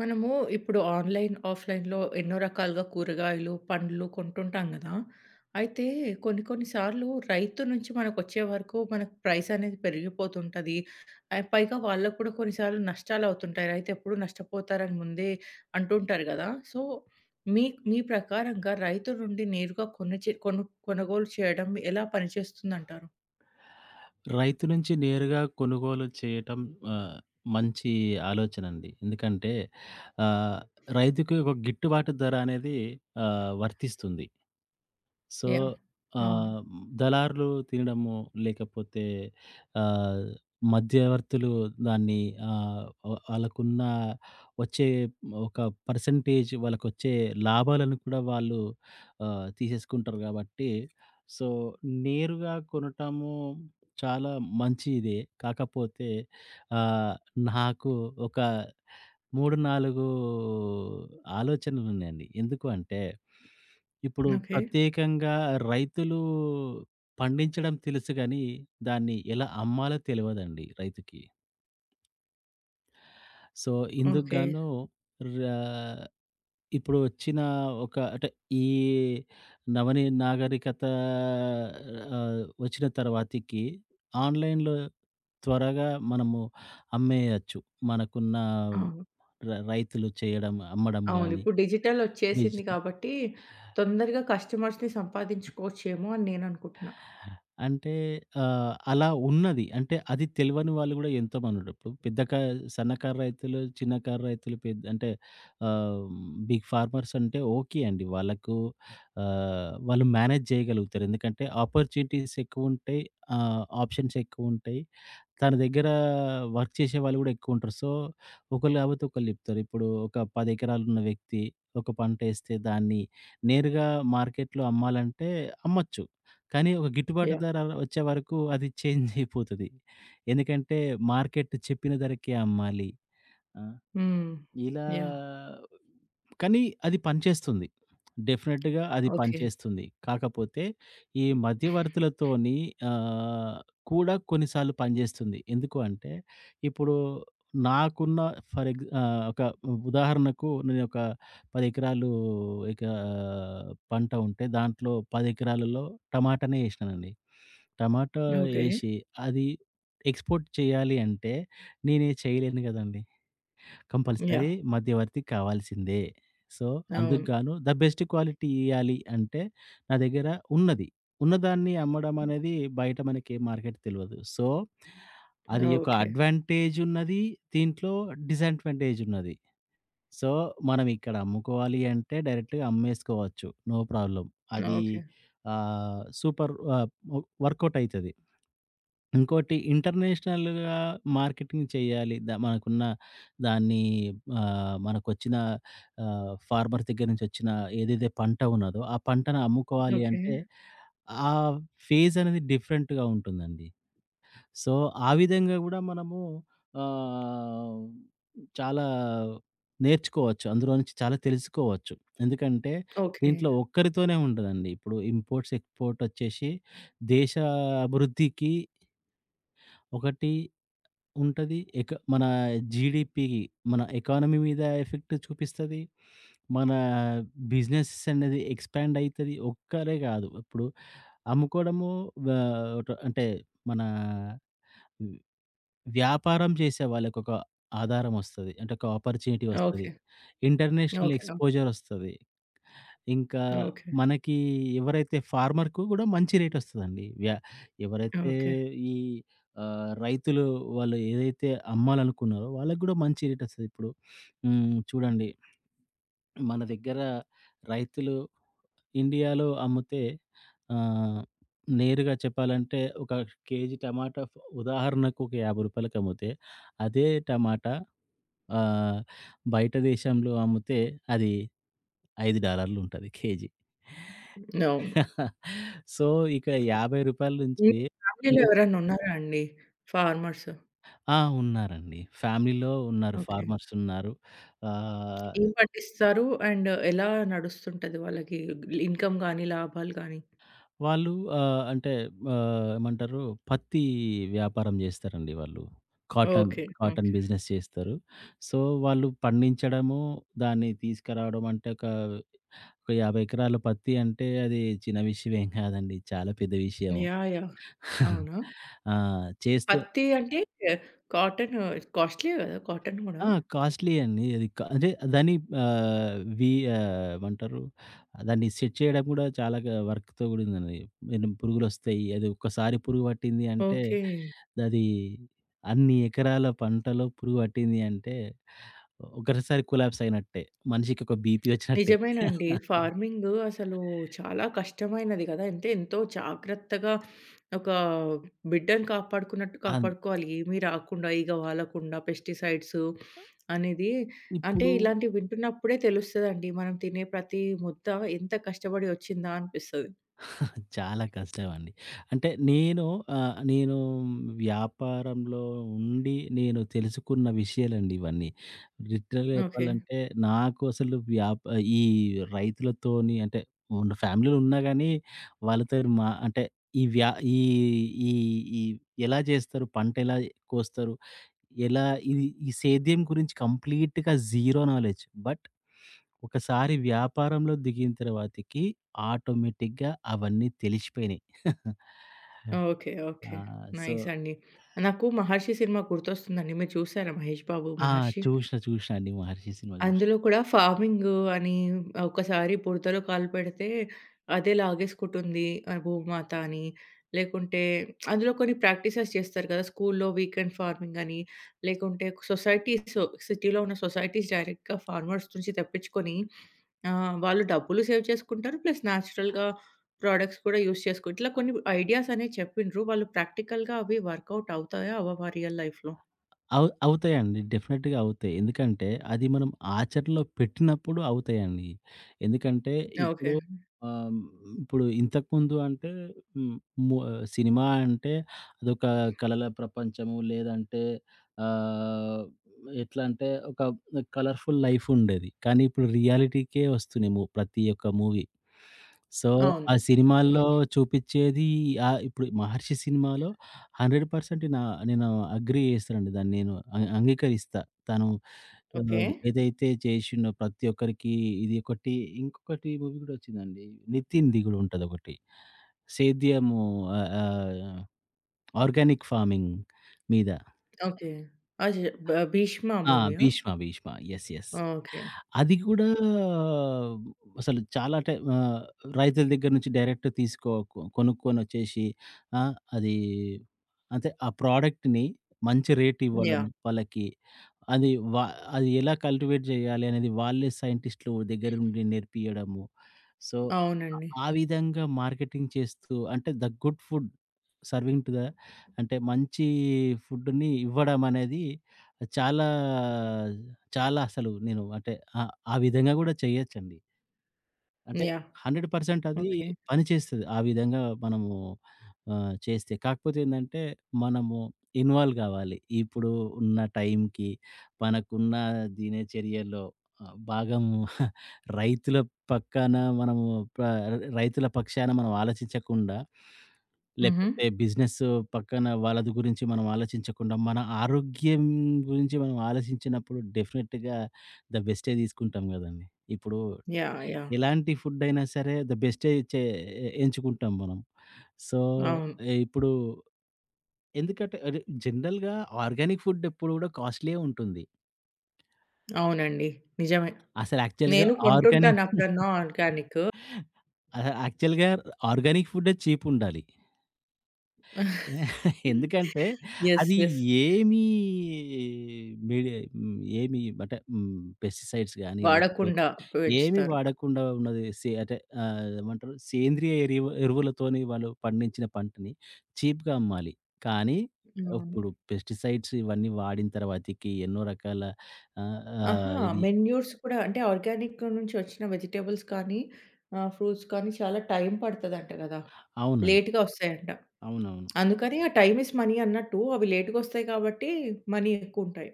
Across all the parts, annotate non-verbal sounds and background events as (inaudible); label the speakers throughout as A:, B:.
A: మనము ఇప్పుడు ఆన్‌లైన్, ఆఫ్‌లైన్‌లో ఎన్నో రకాలుగా కూరగాయలు, పండ్లు కొంటుంటాం గదా! అయితే కొన్ని కొన్ని సార్లు రైతు నుంచి మనకొచ్చే వరకు మనకు ప్రైస్ అనేది పెరిగిపోతుంటది. పైగా వాళ్ళకి కూడా కొన్నిసార్లు నష్టాలవుతుంటాయి. రైతు ఎప్పుడు నష్టపోతారని ముందే అంటుంటారు గదా! సో, మీ మీ ప్రకారంగా రైతు నుండి నేరుగా కొనిచే కొను కొనుగోలు చేయడం ఎలా పనిచేస్తుందంటారు?
B: రైతు నుంచి నేరుగా కొనుగోలు చేయటం ఆహ్, మంచి ఆలోచనండి. ఎందుకంటే ఆహ్, రైతుకి ఒక గిట్టుబాటు ధర అనేది వర్తిస్తుంది. So,
A: yeah! అవును.
B: ఆహ్, దళారులు తినడము, లేకపోతే ఆహ్, మధ్యవర్తులు దాన్ని ఆహ్, వ వాళ్ళకున్న వచ్చే ఒక పర్సెంటేజ్ వాళ్ళకొచ్చే లాభాలను కూడా వాళ్ళు తీసేసుకుంటారు గాబట్టి, సో, నేరుగా కొనటము చాలా మంచిదే. కాకపోతే ఆహ్, నాకు ఒక 3, 4 ఆలోచనలున్నాయండి. ఎందుకు అంటే ఇప్పుడు
A: ఓకే.
B: ప్రత్యేకంగా రైతులు పండించడం తెలుసు గానీ, దాన్ని ఎలా అమ్మాలో తెలవదండి రైతుకి. So,
A: okay.
B: ఇందుకుగాను రా ఇప్పుడు వచ్చిన ఒక అంటే ఈ నవని నాగరికత వచ్చిన తర్వాతకి ఆన్‌లైన్‌లో త్వరగా మనము అమ్మేయొచ్చు. మనకున్న
A: అవును.
B: రైతులు చేయడం, అమ్మడం
A: అవును.
B: గాని.
A: ఇప్పుడు
B: డిజి
A: డిజిటలొచ్చేసింది కాబట్టి, తొందరగా కస్టమర్స్‌ని సంపాదించుకోవచ్చేమో అని నేననుకుంటున్నా.
B: అంటే అలా ఉన్నది. అంటే అది తెలవని వాళ్ళు గూడా ఎంతోమందుంటారు. ఇప్పుడు పెద్ద కా సన్నకారు రైతులు, చిన్న కారు రైతులు అంటే ఆహ్, బిగ్ ఫార్మర్స్ అంటే ఓకే అండి. వాళ్ళకు వాళ్ళు మేనేజ్ జేయగలుగుతారు. ఎందుకంటే ఆపర్చునిటీస్ ఎక్కువుంటాయి. ఆప్షన్స్ ఎక్కువుంటాయి. తన దగ్గర వర్క్ చేసేవాళ్ళు గూడా ఎక్కువుంటరు. సో, ఒకళ్ళు గాపోతే ఒకళ్ళు జెప్తారు. ఇప్పుడు ఒక 10 ఎకరాలున్న వ్యక్తి ఒక పంటేస్తే దాన్ని నేరుగా మార్కెట్‌లో అమ్మాలంటే అమ్మొచ్చు. కానీ ఒక గిట్టుబాటు
A: యాహ్!
B: ధర వచ్చే వరకు అది చేంజ్ అయిపోతది. ఎందుకంటే మార్కెట్ చెప్పిన ధరకే అమ్మాలి. ఆ!
A: హ్మ్.
B: ఇలా
A: యాహ్!
B: కానీ అది పనిచేస్తుంది. డెఫినిట్‌గా అది
A: ఓకే.
B: పనిచేస్తుంది. కాకపోతే ఈ మధ్యవర్తులతోని ఆహ్, కూడా కొన్నిసార్లు పనిచేస్తుంది. ఎందుకు అంటే, ఇప్పుడు నాకున్న ఫర్ ఎగ్ ఒక ఉదాహరణకు నేనొక 10 ఎకరాలు ఇక పంట ఉంటే దాంట్లో 10 ఎకరాలలో టమాటానే ఏసినానండి. టమాటా
A: ఓకే.
B: ఏసి అది ఎక్స్‌పోర్ట్ చేయాలి అంటే నేనేది చేయలేను గదండీ! Compulsory
A: yeah!
B: మధ్యవర్తి కావాల్సిందే. సో, అందుకు
A: అవును.
B: గాను ద బెస్ట్ క్వాలిటీ ఇయ్యాలి అంటే నా దగ్గర ఉన్నది. ఉన్నదాన్ని అమ్మడం అనేది బయట మనకి మార్కెట్ తెలవదు. సో, అది ఒక
A: ఓకే.
B: అడ్వాంటేజ్ ఉన్నది. దీంట్లో డిసడ్వాంటేజ్ ఉన్నది. సో, మనం ఇక్కడ అమ్ముకోవాలి అంటే డైరెక్ట్‌గా అమ్మేసుకోవచ్చు. No problem. అది
A: ఓకే.
B: సూపర్ ఆహ్, వర్కౌట్ అయితది. ఇంకోటి ఇంటర్నేషనల్‌గా మార్కెటింగ్ చేయాలి. ద మనకున్న దాన్ని మనకొచ్చిన ఫార్మర్ దగ్గర నుంచి వచ్చిన ఏదైతే పంట ఉన్నదో, ఆ పంటను అమ్ముకోవాలి
A: ఓకే.
B: అంటే, ఆ ఫేజ్ అనేది డిఫరెంట్‌గా ఉంటుందండి. సో, ఆ విధంగా గూడా మనము ఆహ్, చాలా నేర్చుకోవచ్చు. అందులో నుంచి చాలా తెలుసుకోవచ్చు. ఎందుకంటే,
A: ఓకే.
B: దీంట్లో ఒక్కరితోనే ఉండదండి. ఇప్పుడు ఇంపోర్ట్స్, ఎక్స్‌పోర్ట్ వచ్చేసి దేశ అభివృద్ధికి ఒకటి ఉంటది. మన జీడీపీ, మన ఎకానమీ మీద ఎఫెక్ట్ చూపిస్తది. మన బిజినెస్ అనేది ఎక్స్‌పాండ్ అయితది. ఒక్కరే కాదు. ఇప్పుడు అమ్ముకోవడము అంటే మన వ్యాపారం చేసే వాళ్ళకొక ఆధారం వస్తది. అంటే ఒక ఆపర్చునిటీ
A: ఓకే.
B: వస్తది. International
A: okay.
B: ఎక్స్‌పోజర్ వస్తది. ఇంకా
A: ఓకే.
B: మనకి ఎవరైతే ఫార్మర్‌కు గూడా మంచి రేటొస్తదండి. ఎవరైతే
A: ఓకే.
B: ఈ రైతులు వాళ్ళు ఏదైతే అమ్మాలనుకున్నారో వాళ్ళకి గూడా మంచి రేటొస్తది. ఇప్పుడు చూడండి, మన దగ్గర రైతులు ఇండియాలో అమ్మితే ఆహ్, నేరుగా చెప్పాలంటే ఒక కేజీ టమాటా ఉదాహరణకు ఒక రూ. 50కి అమ్మితే అదే టమాటా ఆహ్, బయట దేశంలో అమ్మితే అది $5 ఉంటది కేజీ.
A: అవును.
B: (laughs) సో, ఇక రూ. 50
A: మీ
B: నుంచి
A: ఫ్యామిలీలో ఎవరైనా ఉన్నారా అండి ఫార్మర్స్?
B: ఆ! ఉన్నారండి. ఫ్యామిలీలో ఉన్నారు.
A: ఓకే.
B: ఫార్మర్స్ ఉన్నారు. ఆహ్,
A: ఏం పండిస్తారు? అండ్ ఎలా నడుస్తుంటది వాళ్ళకి ఇన్‌కమ్ గానీ, లాభాలు గానీ?
B: వాళ్ళు అంటే ఏమంటారు, పత్తి వ్యాపారం చేస్తారండి వాళ్ళు. Cotton,
A: okay.
B: Cotton
A: okay.
B: Business చేస్తారు. సో, వాళ్ళు పండించడము, దాన్ని తీసుకురావడం అంటే ఒక 50 ఎకరాల పత్తి అంటే అది చిన్న విషయం ఏం కాదండి. చాలా పెద్ద విషయం.
A: యాహ్! యాహ్!
B: (laughs)
A: అవునా?
B: ఆ! చేస్తూ
A: పత్తి అంటే కాటన్ కాస్ట్‌లీయే గదా! కాటన్ గూడా.
B: ఆ! కాస్ట్‌లీయే అండి. అది అంటే దాన్ని ఆహ్, వి ఏమంటారు? దాన్ని సెట్ చేయడం గూడా చాలా వర్క్‌తో కూడిందండి. ఎనం పురుగులొస్తాయి. అది ఒక్కసారి పురుగు పట్టింది అంటే,
A: ఓకే.
B: అది అన్ని ఎకరాల పంటలో పురుగు పట్టింది అంటే, ఒకటేసారి కొలాప్స్ అయినట్టే. మనిషికి ఒక బీపీ వచ్చినట్టే.
A: నిజమేనండి. ఫార్మింగ్ అసలు చాలా కష్టమైనది గదా! అంటే ఎంతో జాగ్రత్తగా ఒక బిడ్డని కాపాడుకున్నట్టు
B: అంత్
A: కాపాడుకోవాలి. ఏమీ రాకుండా, ఈగ వాలకుండా పెస్టిసైడ్స్ అనేది అంటే
B: ఇప్పుడు
A: ఇలాంటివి వింటున్నప్పుడే తెలుస్తదండి. మనం తినే ప్రతి ముద్ద ఎంత కష్టపడి వచ్చిందా అనిపిస్తది.
B: చాలా కష్టమండి. అంటే నేను నేను వ్యాపారంలో ఉండి నేను తెలుసుకున్న విషయాలండి ఇవన్నీ. లిటరల్‌గా
A: ఓకే.
B: చెప్పాలంటే నాకు అసలు ఈ రైతులతోని అంటే ఉన్న ఫ్యామిలీలో ఉన్నా గానీ వాళ్ళతోని మా అంటే ఈ వ్యా ఈ ఈ ఈ ఎలా జేస్తారు? పంట ఎలా కోస్తారు? ఎలా ఇది ఈ సేద్యం గురించి కంప్లీట్‌గా జీరో నాలెడ్జ్. బట్ ఒకసారి వ్యాపారంలో దిగిన తర్వాతకి ఆటోమేటిక్‌గా అవన్నీ తెలిసిపోయినాయి.
A: ఓకే. ఓకే.
B: ఆ! సో
A: నైస్ అండి. నాకు 'మహర్షి' సినిమా గుర్తొస్తుందండి. మీరు చూసారా 'మహేష్ బాబు
B: ఆ!
A: మహర్షి'?
B: చూసినా చూసినా అండి, 'మహర్షి' సినిమా చూసినా.
A: అందులో కూడా ఫార్మింగు అని ఒకసారి బురదలో కాలు పెడితే అదే లాగేసుకుంటుంది భూమాత అని. లేకుంటే అందులో కొన్ని ప్రాక్టీసెస్ చేస్తారు కదా! స్కూల్లో వీకెండ్ ఫార్మింగ్ అని, లేకుంటే సొసైటీస్ సిటీలో ఉన్న సొసైటీస్ డైరెక్ట్‌గా ఫార్మర్స్ నుంచి తెప్పించుకొని వాళ్ళు డబ్బులు సేవ్ చేసుకుంటారు. ప్లస్ నేచురల్‌గా ప్రొడక్ట్స్ కూడా యూజ్ చేసుకు ఇట్లా కొన్ని ఐడియాస్ అనేవి చెప్పిండ్రు. వాళ్ళు ప్రాక్టికల్‌గా అవి వర్కౌట్ అవుతాయా? అవ్వవా రియల్ లైఫ్‌లో?
B: అవుతాయండి. డెఫినెట్‌గా అవుతాయి. ఎందుకంటే, అది మనం ఆచరణలో పెట్టినప్పుడు అవుతాయండి. ఎందుకంటే,
A: ఓకే.
B: ఇప్పుడు ఆహ్, ఇంతకుముందు అంటే హ్మ్, మో సినిమా అంటే అదొక కలల ప్రపంచము. లేదంటే ఆహ్, ఎట్లా అంటే ఒక కలర్‌ఫుల్ లైఫ్ ఉండేది. కానీ ఇప్పుడు రియాలిటీకే వస్తున్నాయి ప్రతి ఒక్క మూవీ. సో,
A: అవును.
B: ఆ సినిమాల్లో చూపిచ్చేది ఇప్పుడు 'మహర్షి' సినిమాలో 100% నేను అగ్రీ చేస్తానండి. దాన్ని నేను అంగీకరిస్తా. తను
A: ఓకే.
B: ఏదైతే చేసిండో ప్రతి ఒక్కరికి ఇది ఒకటి, ఇంకొకటి మూవీ గూడా వచ్చిందండి. నితిన్‌ది గూడా ఉంటదొకటి. సేద్యము ఆహ్, ఆహ్, ఆర్గానిక్ ఫార్మింగ్ మీద.
A: ఓకే. అది 'భీష్మ'
B: ఆ!
A: మూవీయా?
B: 'భీష్మ' యెస్. యెస్.
A: ఓకే.
B: అది కూడా అసలు చాలా రైతుల దగ్గర నుంచి డైరెక్ట్ తీసుకో కొ కొనుక్కొనొచ్చేసి ఆ! అది అంటే ఆ ప్రొడక్ట్‌ని మంచి రేట్ ఇవ్వడం
A: యాహ్!
B: వాళ్ళకి. అది వా అది ఎలా కల్టివేట్ చేయాలి అనేది వాళ్ళే సైంటిస్ట్‌లు దగ్గర నుండి నేర్పియడము. సో, అ
A: అవునండి.
B: ఆ విధంగా మార్కెటింగ్ చేస్తూ అంటే the good food serving to the అంటే మంచి ఫుడ్‌ని ఇవ్వడం అనేది చాలా, చాలా అసలు నేను అంటే ఆ విధంగా గూడా చేయొచ్చండి. అంటే
A: యాహ్!
B: 100% అది
A: ఓకే.
B: పనిచేస్తది. ఆ విధంగా మనము చేస్తే. కాకపోతే ఏందంటే, మనము ఇన్వాల్వ్ గావాలి. ఇప్పుడు ఉన్న టైంకి, మనకున్న దినచర్యలో భాగము (laughs) రైతుల పక్కన మనము ప రైతుల పక్షాన మనం ఆలోచించకుండా,
A: హుహు.
B: లేకపోతే బిజినెస్ పక్కన వాళ్ళది గురించి మనం ఆలోచించకుండా, మన ఆరోగ్యం గురించి మనం ఆలోచించినప్పుడు డెఫినిట్‌గా ద బెస్టే తీసుకుంటాం గదండీ! ఇప్పుడు
A: యాహ్! యాహ్!
B: ఎలాంటి ఫుడ్డయినా సరే ద బెస్టే ఎంచుకుంటాం మనం. సో,
A: అవును.
B: ఇప్పుడు ఎందుకంటే అది జనరల్‌గా ఆర్గానిక్ ఫుడ్ ఎప్పుడు గూడా కాస్ట్‌లీయే ఉంటుంది.
A: అవునండి. నిజమే.
B: అసలు యాక్చువల్‌గా
A: నేను కొంటుంటాను
B: ఆర్గానిక్
A: అప్పుడన్నా ఆర్గానిక్.
B: అహా! యాక్చువల్‌గా ఆర్గానిక్ ఫుడ్డే చీపుండాలి. (laughs) ఎందుకంటే
A: యెస్.
B: అది
A: యెస్.
B: ఏమీ మీడి హ్మ్. ఏమి అంటే పెస్టిసైడ్స్ గాని, లేకపోతే
A: వాడకుండా
B: ఏమి
A: పెంచుతారు.
B: వాడకుండా ఉన్నది. అంటే ఏమంటారు, సేంద్రియ ఎరువులతోని వాళ్ళు పండించిన పంటని చీప్‌గా అమ్మాలి. కానీ
A: అవును.
B: ఇప్పుడు పెస్టిసైడ్స్ ఇవన్నీ వాడిన తర్వాతకి ఎన్నో రకాల ఆహ్,
A: ఆహా!
B: ఆహ్, ఇది
A: మెన్యూర్స్ కూడా అంటే ఆర్గానిక్ నుంచి వచ్చిన వెజిటబుల్స్ కానీ ఫ్రూట్స్ కానీ చాలా టైం పడతదంట గదా!
B: అవునండి.
A: లేట్‌గా వస్తాయంట.
B: అవునవును.
A: అందుకని ఆ టైమ్ ఈస్ మనీ అన్నట్టు అవి లేట్‌గొస్తాయి కాబట్టి మనీ ఎక్కువుంటాయి.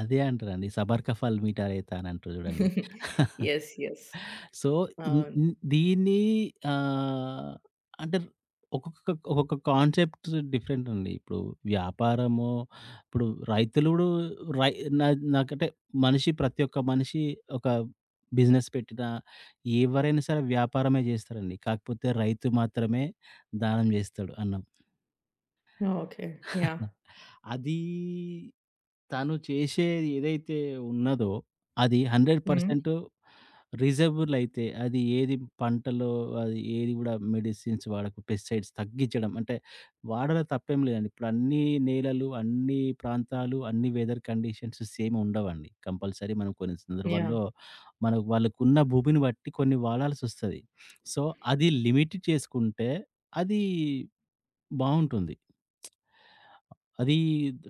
B: అదే అంటారండి. సబర్ కా ఫల్ మీఠా రెహతా అని అంటారు చూడండి.
A: యెస్. యెస్. (laughs)
B: సో, ఇన్
A: అవును.
B: ఇన్ దీన్ని ఆహ్, అంటే ఒక్కొక్క ఒక్కొక్క కాన్సెప్ట్ డిఫరెంట్ అండి. ఇప్పుడు వ్యాపారము, ఇప్పుడు రైతులు గూడా రై నా నాకంటే ప్రతి ఒక్క మనిషి ఒక బిజినెస్ పెట్టినా, ఎవరైనా సరే వ్యాపారమే జేస్తారండి. కాకపోతే రైతు మాత్రమే దానం జేస్తాడు అన్నం.
A: ఓకే. యాహ్!
B: అది తను చేసేది ఏదైతే ఉన్నదో, అది
A: హ్మ్.
B: 100% రీజనబుల్ అయితే, అది ఏది పంటలో అది ఏది గూడా మెడిసిన్స్ వాడకు పెస్టిసైడ్స్ తగ్గించడం. అంటే వాడలో తప్పేం లేదండి. ఇప్పుడు అన్ని నేలలు, అన్ని ప్రాంతాలు, అన్ని వెదర్ కండిషన్స్ సేమ్ ఉండవండి. కంపల్సరీ మనం కొన్ని
A: యాహ్!
B: సందర్భాల్లో మనకు వాళ్ళకున్న భూమిని బట్టి కొన్ని వాడాల్సొస్తది. సో, అది లిమిట్ చేసుకుంటే అది బావుంటుంది. అది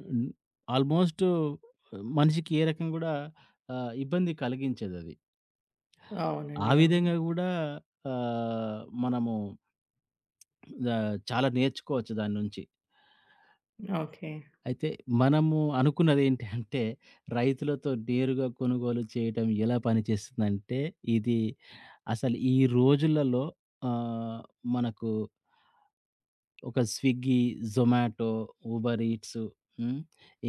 B: హ్మ్. ఆల్మోస్ట్ మనిషికి ఏ రకంగా గూడా ఇబ్బంది కలిగించేదది. ఆ
A: అవునండి. అవును.
B: విధంగా గూడా మనము చాలా నేర్చుకోవచ్చు దాని నుంచి.
A: ఓకే.
B: అయితే మనము అనుకున్నదేంటి అంటే రైతులతో నేరుగా కొనుగోలు చేయటం ఎలా పనిచేస్తుందంటే, ఇది అసలు ఈ రోజులలో ఆహ్, మనకు ఒక స్విగ్గీ, జొమాటో, ఉబర్ ఈట్స్, హ్మ్.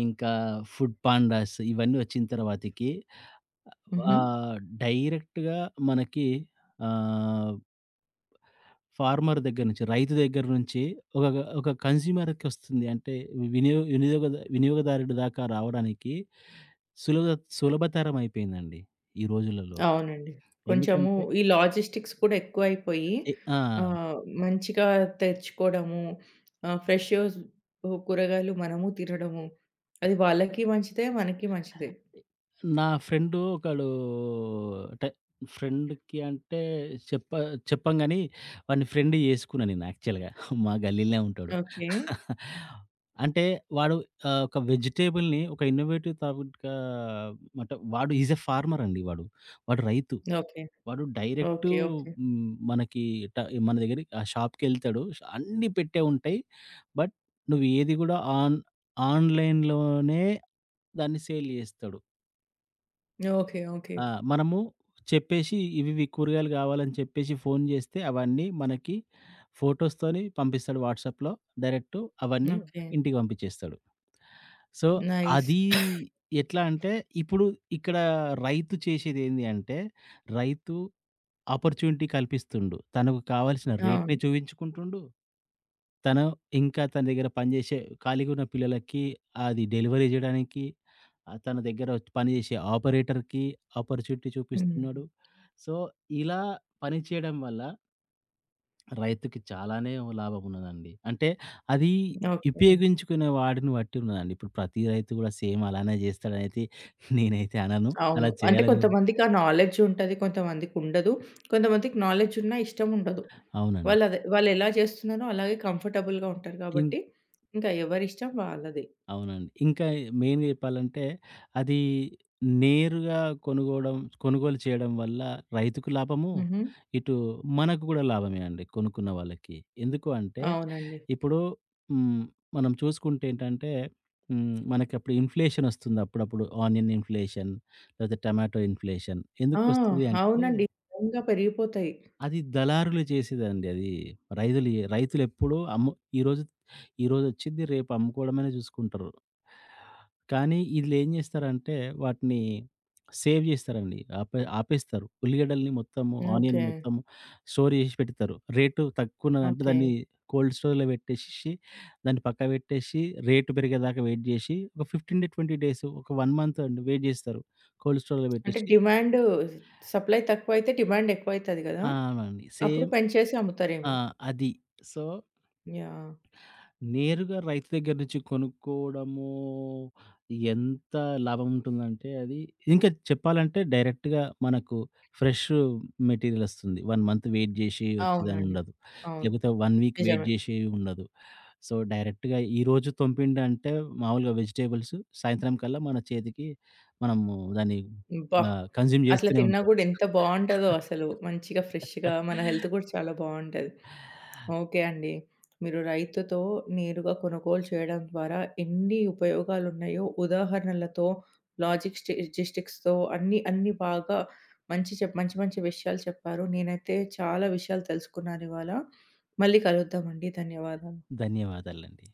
B: ఇంకా ఫుడ్ పాండాస్ ఇవన్నీ వచ్చిన తర్వాతకి
A: హుహు.
B: ఆహ్, డైరెక్ట్‌గా మనకి ఆహ్, ఫార్మర్ దగ్గర నుంచి, రైతు దగ్గర నుంచి ఒక ఒక కన్స్యూమర్‌కి వస్తుంది. అంటే వినియోగదారుడి దాకా రావడానికి సులభ సులభతరం అయిపోయిందండి ఈ రోజులలో.
A: అవునండి. కొంచెము
B: ఎందుకంటే
A: ఈ లాజిస్టిక్స్ కూడా ఎక్కువైపోయి
B: ఎ ఆ!
A: ఆహ్, మంచిగా తెచ్చుకోవడము, ఫ్రెష్ కూరగాయలు మనము తినడము, అది వాళ్ళకి మంచిదే, మనకి మంచిదే.
B: నా ఫ్రెండు ఒకడు అంటే ఫ్రెండ్‌కి అంటే చెప్ప చెప్పం గాని, వాడిని ఫ్రెండ్ చేసుకున్నా నేను యాక్చువల్‌గా. మా గల్లీలోనే ఉంటాడు.
A: ఓకే.
B: అంటే వాడు ఒక వెజిటబుల్‌ని ఒక ఇన్నోవేటివ్ టాపిక్‌గా అంటే వాడు ఈజ్ ఎ ఫార్మర్ అండి వాడు. వాడు రైతు.
A: ఓకే.
B: వాడు డైరెక్టు
A: ఓకే. ఓకే.
B: మనకి ట మన దగ్గరికి ఆ షాప్‌కెళ్తాడు. అన్నీ పెట్టే ఉంటాయి. బట్ నువ్వు ఏది గూడా ఆన్‌లైన్‌లోనే దాన్ని సేల్ చేస్తాడు.
A: ఓకే. ఓకే.
B: ఆ! మనము చెప్పేసి కూరగాయలు కావాలని చెప్పేసి ఫోన్ చేస్తే అవన్నీ మనకి ఫోటోస్‌తోని పంపిస్తాడు వాట్సాప్‌లో. డైరెక్ట్ అవన్నీ
A: ఓకే.
B: ఇంటికి పంపించేస్తాడు. So,
A: nice.
B: అది ఎట్లా అంటే ఇప్పుడు ఇక్కడ రైతు చేసేదేంది అంటే రైతు ఆపర్చునిటీ కల్పిస్తుండు. తనకు కావాల్సిన
A: అవును.
B: రేట్‌ని చూయించుకుంటుండు. తను ఇంకా తన దగ్గర పనిచేసే ఖాళీగా ఉన్న పిల్లలకి అది డెలివరీ జేయడానికి తన దగ్గర పనిచేసే ఆపరేటర్‌కి ఆపర్చునిటీ
A: హ్మ్.
B: చూపిస్తున్నాడు. సో, ఇలా పని చేయడం వల్ల రైతుకి చాలానే లాభం ఉన్నదండి. అంటే అది
A: ఓకే.
B: ఉపయోగించుకునే వాడిని బట్టి ఉన్నదండి. ఇప్పుడు ప్రతి రైతు గూడా సేమ్ అలానే జేస్తాడనైతే నేనైతే అనను.
A: అవును.
B: అలా
A: అంటే
B: చేయాలని
A: కొంతమందికి ఆ నాలెడ్జ్ ఉంటది. కొంతమందికి ఉండదు. కొంతమందికి నాలెడ్జ్ ఉన్నా ఇష్టం ఉండదు.
B: అవునండి.
A: వాళ్ళదే వాళ్ళెలా చేస్తున్నారో అలాగే కంఫర్టబుల్‌గా ఉంటారు
B: ఇం
A: కాబట్టి, ఇంకా ఎవరిష్టం వాళ్ళది.
B: అవునండి. ఇంకా మెయిన్‌గా చెప్పాలంటే, అది నేరుగా కొనుగోవడం కొనుగోలు చేయడం వల్ల రైతుకు లాభము,
A: హుహు.
B: ఇటు మనకు గూడా లాభమే అండి కొనుక్కున్న వాళ్ళకి. ఎందుకు అంటే,
A: అవునండి.
B: ఇప్పుడు హ్మ్. మనం చూసుకుంటే ఏంటంటే, మనకప్పుడు ఇన్‌ఫ్లేషన్ ఒస్తుంది అప్పుడప్పుడు. ఆనియన్ ఇన్‌ఫ్లేషన్, లేకపోతే టొమాటో ఇన్‌ఫ్లేషన్.
A: ఆ!
B: ఎందుకొస్తది అంటే
A: అవునండి. నిజంగా పెరిగిపోతాయి.
B: అది దళారులు చేసేదండి అది. రైతులెప్పుడూ అమ్ము ఈరోజు ఈరోజొచ్చిద్ది రేపు అమ్ముకోవడమనే చూసుకుంటారు. కానీ ఈళ్ళేం చేస్తారంటే వాటిని సేవ్ చేస్తారండి. ఆపేస్తారు. ఉల్లిగడ్డల్ని మొత్తము, ఆనియన్
A: ఓకే.
B: మొత్తము స్టోర్ చేసి పెడతారు. రేటు తక్కువున్నదంటే
A: ఓకే.
B: దాన్ని కోల్డ్ స్టోర్‌లో పెట్టేసేసి దాన్ని పక్కకు పెట్టేసి, రేటు పెరిగేదాకా వెయిట్ చేసి, ఒక 15-20 డేస్, ఒక 1 మంత్ అండి వెయిట్ చేస్తారు. కోల్డ్ స్టోర్‌లో
A: అంటే
B: పెట్టేసి.
A: డిమాండ్ సప్లై తక్కువైతే డిమాండ్ ఎక్కువైతది గదా!
B: ఆ! అవునండి.
A: అప్పుడు
B: సేమ్
A: పెంచేసి
B: ఆ!
A: అమ్ముతారేమో.
B: అది. So,
A: yeah!
B: నేరుగా రైతు దగ్గర నుంచి కొనుక్కోవడము ఎంత లాభం ఉంటుందంటే అది ఇంకా చెప్పాలంటే డైరెక్ట్‌గా మనకు ఫ్రెష్ మెటీరియల్ వస్తుంది. 1 మంత్ వెయిట్ జేసి వచ్చేదని
A: అవునండి.
B: ఉండదు.
A: అవును.
B: లేకపోతే 1 వీక్ వెయిట్
A: నిజమే.
B: జేసి ఉండదు. సో, డైరెక్ట్‌గా ఈరోజు తెంపిండంటే మామూలుగా వెజిటబుల్స్ సాయంత్రం కల్లా మన చేతికి మనము దాన్ని
A: అబ్బా!
B: కన్జ్యూమ్
A: అట్లా
B: జేస్తూనే
A: తిన్నా
B: ఉంటాం.
A: గూడా ఎంత బావుంటదో అసలు. మంచిగా ఫ్రెష్‌గా మన హెల్త్ గూడా
B: (laughs)
A: చాలా బావుంటది. ఓకే అండి. మీరు రైతుతో నేరుగా కొనుగోలు చేయడం ద్వారా ఎన్ని ఉపయోగాలున్నాయో ఉదాహరణలతో, లాజిక్స్ జిస్టిక్స్‌తో అన్నీ, అన్నీ బాగా మంచి మంచి మంచి విషయాలు చెప్పారు. నేనైతే చాలా విషయాలు తెలుసుకున్నానివాళ. మళ్ళీ కలుద్దామండి. ధన్యవాదాలు.
B: ధన్యవాదాలండి.